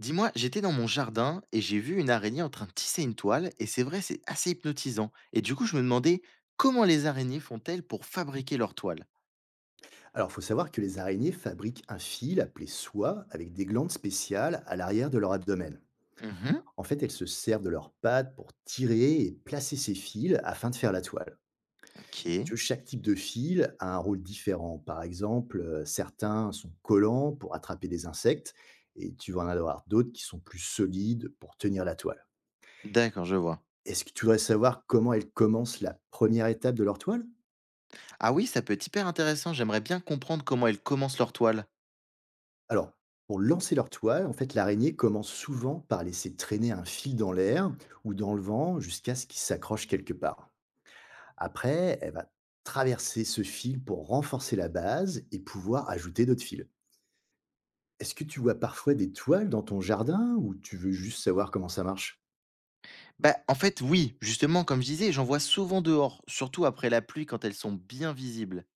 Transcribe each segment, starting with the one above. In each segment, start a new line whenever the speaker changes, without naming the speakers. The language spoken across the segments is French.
Dis-moi, j'étais dans mon jardin et j'ai vu une araignée en train de tisser une toile, et c'est vrai, c'est assez hypnotisant. Et du coup, je me demandais comment les araignées font-elles pour fabriquer leur toile?
Alors, il faut savoir que les araignées fabriquent un fil appelé soie avec des glandes spéciales à l'arrière de leur abdomen.
Mhm.
En fait, elles se servent de leurs pattes pour tirer et placer ces fils afin de faire la toile. Si
Ok.
tu veux, chaque type de fil a un rôle différent. Par exemple, certains sont collants pour attraper des insectes, et tu vas en avoir d'autres qui sont plus solides pour tenir la toile.
D'accord, je vois.
Est-ce que tu voudrais savoir comment elles commencent la première étape de leur toile?
Ah oui, ça peut être hyper intéressant, j'aimerais bien comprendre comment elles commencent leur toile.
Alors, pour lancer leur toile, en fait, l'araignée commence souvent par laisser traîner un fil dans l'air ou dans le vent jusqu'à ce qu'il s'accroche quelque part. Après, elle va traverser ce fil pour renforcer la base et pouvoir ajouter d'autres fils. Est-ce que tu vois parfois des toiles dans ton jardin ou tu veux juste savoir comment ça marche?
Bah, en fait, oui, justement, comme je disais, j'en vois souvent dehors, surtout après la pluie quand elles sont bien visibles.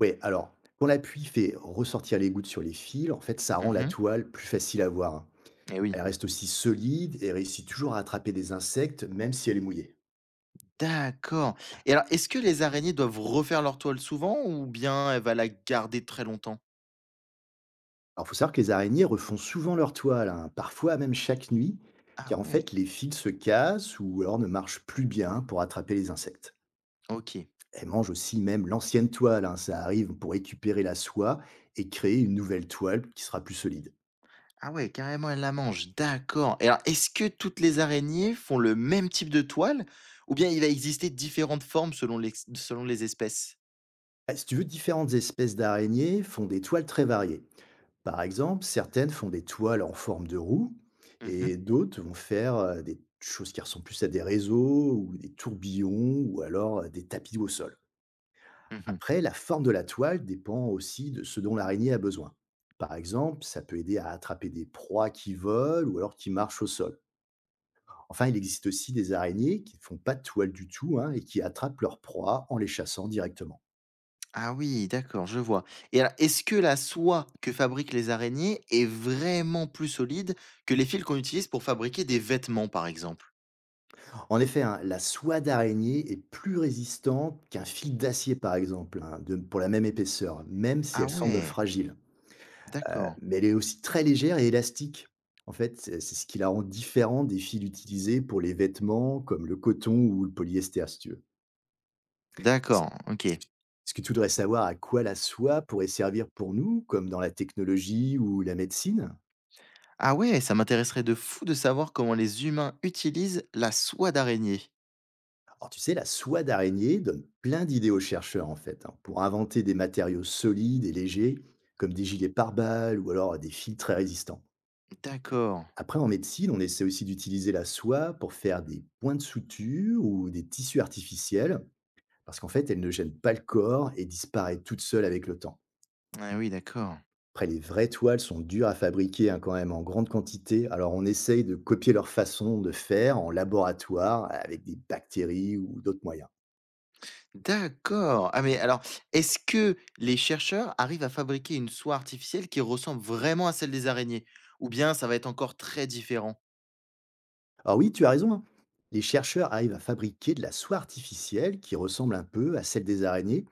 Oui, alors, quand la pluie fait ressortir les gouttes sur les fils, en fait, ça rend la
Mhm.
toile plus facile à voir.
Eh oui.
Elle reste aussi solide et réussit toujours à attraper des insectes, même si elle est mouillée.
D'accord. Et alors, est-ce que les araignées doivent refaire leur toile souvent ou bien elles va la garder très longtemps?
Alors, faut savoir que les araignées refont souvent leur toile, hein, parfois même chaque nuit,
Ah
car en
ouais.
fait, les fils se cassent ou alors ne marchent plus bien pour attraper les insectes.
Ok.
Elles mangent aussi même l'ancienne toile, hein, ça arrive, pour récupérer la soie et créer une nouvelle toile qui sera plus solide.
Ah ouais, carrément, elle la mange, d'accord. Et alors, est-ce que toutes les araignées font le même type de toile ou bien il va exister différentes formes selon les espèces?
Ah, si tu veux, différentes espèces d'araignées font des toiles très variées. Par exemple, certaines font des toiles en forme de roue
Mhm,
et d'autres vont faire des choses qui ressemblent plus à des réseaux ou des tourbillons ou alors, des tapis au sol.
mhm.
Après, la forme de la toile dépend aussi de ce dont l'araignée a besoin. Par exemple, ça peut aider à attraper des proies qui volent ou alors qui marchent au sol. Enfin, il existe aussi des araignées qui ne font pas de toile du tout, hein, et qui attrapent leurs proies en les chassant directement.
Ah oui, d'accord, je vois. Et alors, est-ce que la soie que fabriquent les araignées est vraiment plus solide que les fils qu'on utilise pour fabriquer des vêtements, par exemple?
En effet, hein, la soie d'araignée est plus résistante qu'un fil d'acier, par exemple, hein, pour la même épaisseur, même si
Ah
elle semble
ouais,
fragile.
d'accord,
Mais elle est aussi très légère et élastique. En fait, c'est ce qui la rend différente des fils utilisés pour les vêtements, comme le coton ou le polyester, si tu veux. Ce que
d'accord, ok.
ce que tu voudrais savoir, à quoi la soie pourrait servir pour nous, comme dans la technologie ou la médecine?
Ah ouais, ça m'intéresserait de fou de savoir comment les humains utilisent la soie d'araignée.
Alors tu sais, la soie d'araignée donne plein d'idées aux chercheurs, en fait, hein, pour inventer des matériaux solides et légers, comme des gilets pare-balles ou alors des filtres très résistants.
D'accord.
Après, en médecine, on essaie aussi d'utiliser la soie pour faire des points de suture ou des tissus artificiels, parce qu'en fait, elle ne gêne pas le corps et disparaît toute seule avec le temps.
Ah oui, d'accord.
Après, les vraies toiles sont dures à fabriquer, hein, quand même en grande quantité, alors on essaye de copier leur façon de faire en laboratoire avec des bactéries ou d'autres moyens.
D'accord. Ah mais alors, est-ce que les chercheurs arrivent à fabriquer une soie artificielle qui ressemble vraiment à celle des araignées? Ou bien ça va être encore très différent?
Alors oui, tu as raison, hein, les chercheurs arrivent à fabriquer de la soie artificielle qui ressemble un peu à celle des araignées,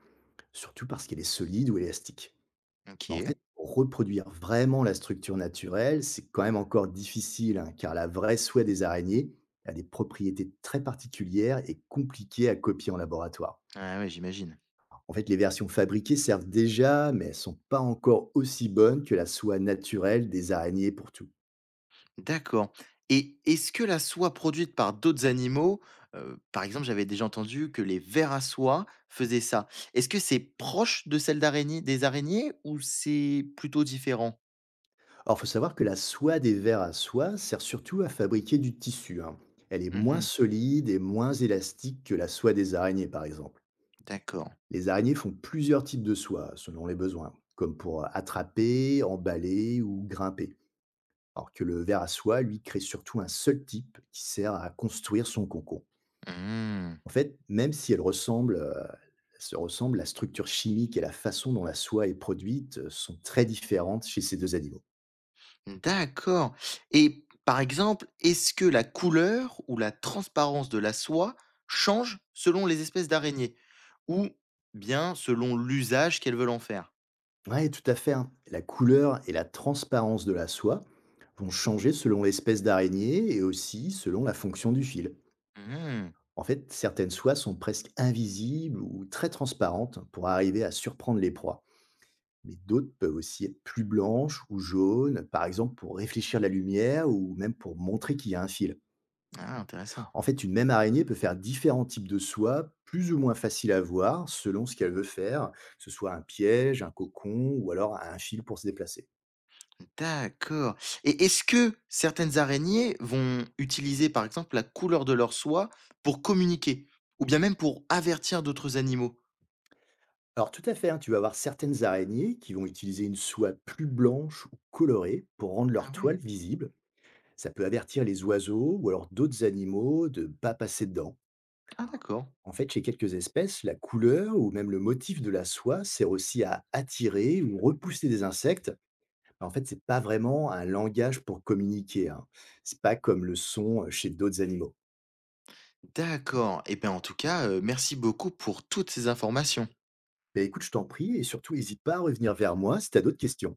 surtout parce qu'elle est solide ou élastique. Mais en
Ok.
fait, pour reproduire vraiment la structure naturelle, c'est quand même encore difficile, hein, car la vraie soie des araignées a des propriétés très particulières et compliquées à copier en laboratoire.
Ah ouais, j'imagine.
En fait, les versions fabriquées servent déjà, mais elles sont pas encore aussi bonnes que la soie naturelle des araignées pour tout.
D'accord. Et est-ce que la soie produite par d'autres animaux, par exemple, j'avais déjà entendu que les vers à soie faisaient ça. Est-ce que c'est proche de celle d'araignée, des araignées ou c'est plutôt différent?
Or, faut savoir que la soie des vers à soie sert surtout à fabriquer du tissu, hein. Elle est moins
Mhm.
solide et moins élastique que la soie des araignées, par exemple.
D'accord.
Les araignées font plusieurs types de soie selon les besoins, comme pour attraper, emballer ou grimper. Alors que le ver à soie, lui, crée surtout un seul type qui sert à construire son cocon.
Hmm.
En fait, même si elles ressemblent, se ressemblent, la structure chimique et la façon dont la soie est produite sont très différentes chez ces deux animaux.
D'accord. Et par exemple, est-ce que la couleur ou la transparence de la soie change selon les espèces d'araignées ou bien selon l'usage qu'elles veulent en faire?
Oui, tout à fait, hein. La couleur et la transparence de la soie vont changer selon l'espèce d'araignée et aussi selon la fonction du fil.
Hmm.
En fait, certaines soies sont presque invisibles ou très transparentes pour arriver à surprendre les proies. Mais d'autres peuvent aussi être plus blanches ou jaunes, par exemple pour réfléchir la lumière ou même pour montrer qu'il y a un fil.
Ah, intéressant.
En fait, une même araignée peut faire différents types de soies, plus ou moins faciles à voir selon ce qu'elle veut faire, que ce soit un piège, un cocon ou alors un fil pour se déplacer.
D'accord. Et est-ce que certaines araignées vont utiliser par exemple la couleur de leur soie pour communiquer ou bien même pour avertir d'autres animaux?
Alors tout à fait, hein, tu vas avoir certaines araignées qui vont utiliser une soie plus blanche ou colorée pour rendre leur
Ah
toile
ouais.
visible. Ça peut avertir les oiseaux ou alors d'autres animaux de ne pas passer dedans.
Ah d'accord.
En fait, chez quelques espèces, la couleur ou même le motif de la soie sert aussi à attirer ou repousser des insectes. En fait, c'est pas vraiment un langage pour communiquer, hein. C'est pas comme le son, chez d'autres animaux.
D'accord. Et bien en tout cas, merci beaucoup pour toutes ces informations.
Ben écoute, je t'en prie et surtout n'hésite pas à revenir vers moi si tu as d'autres questions.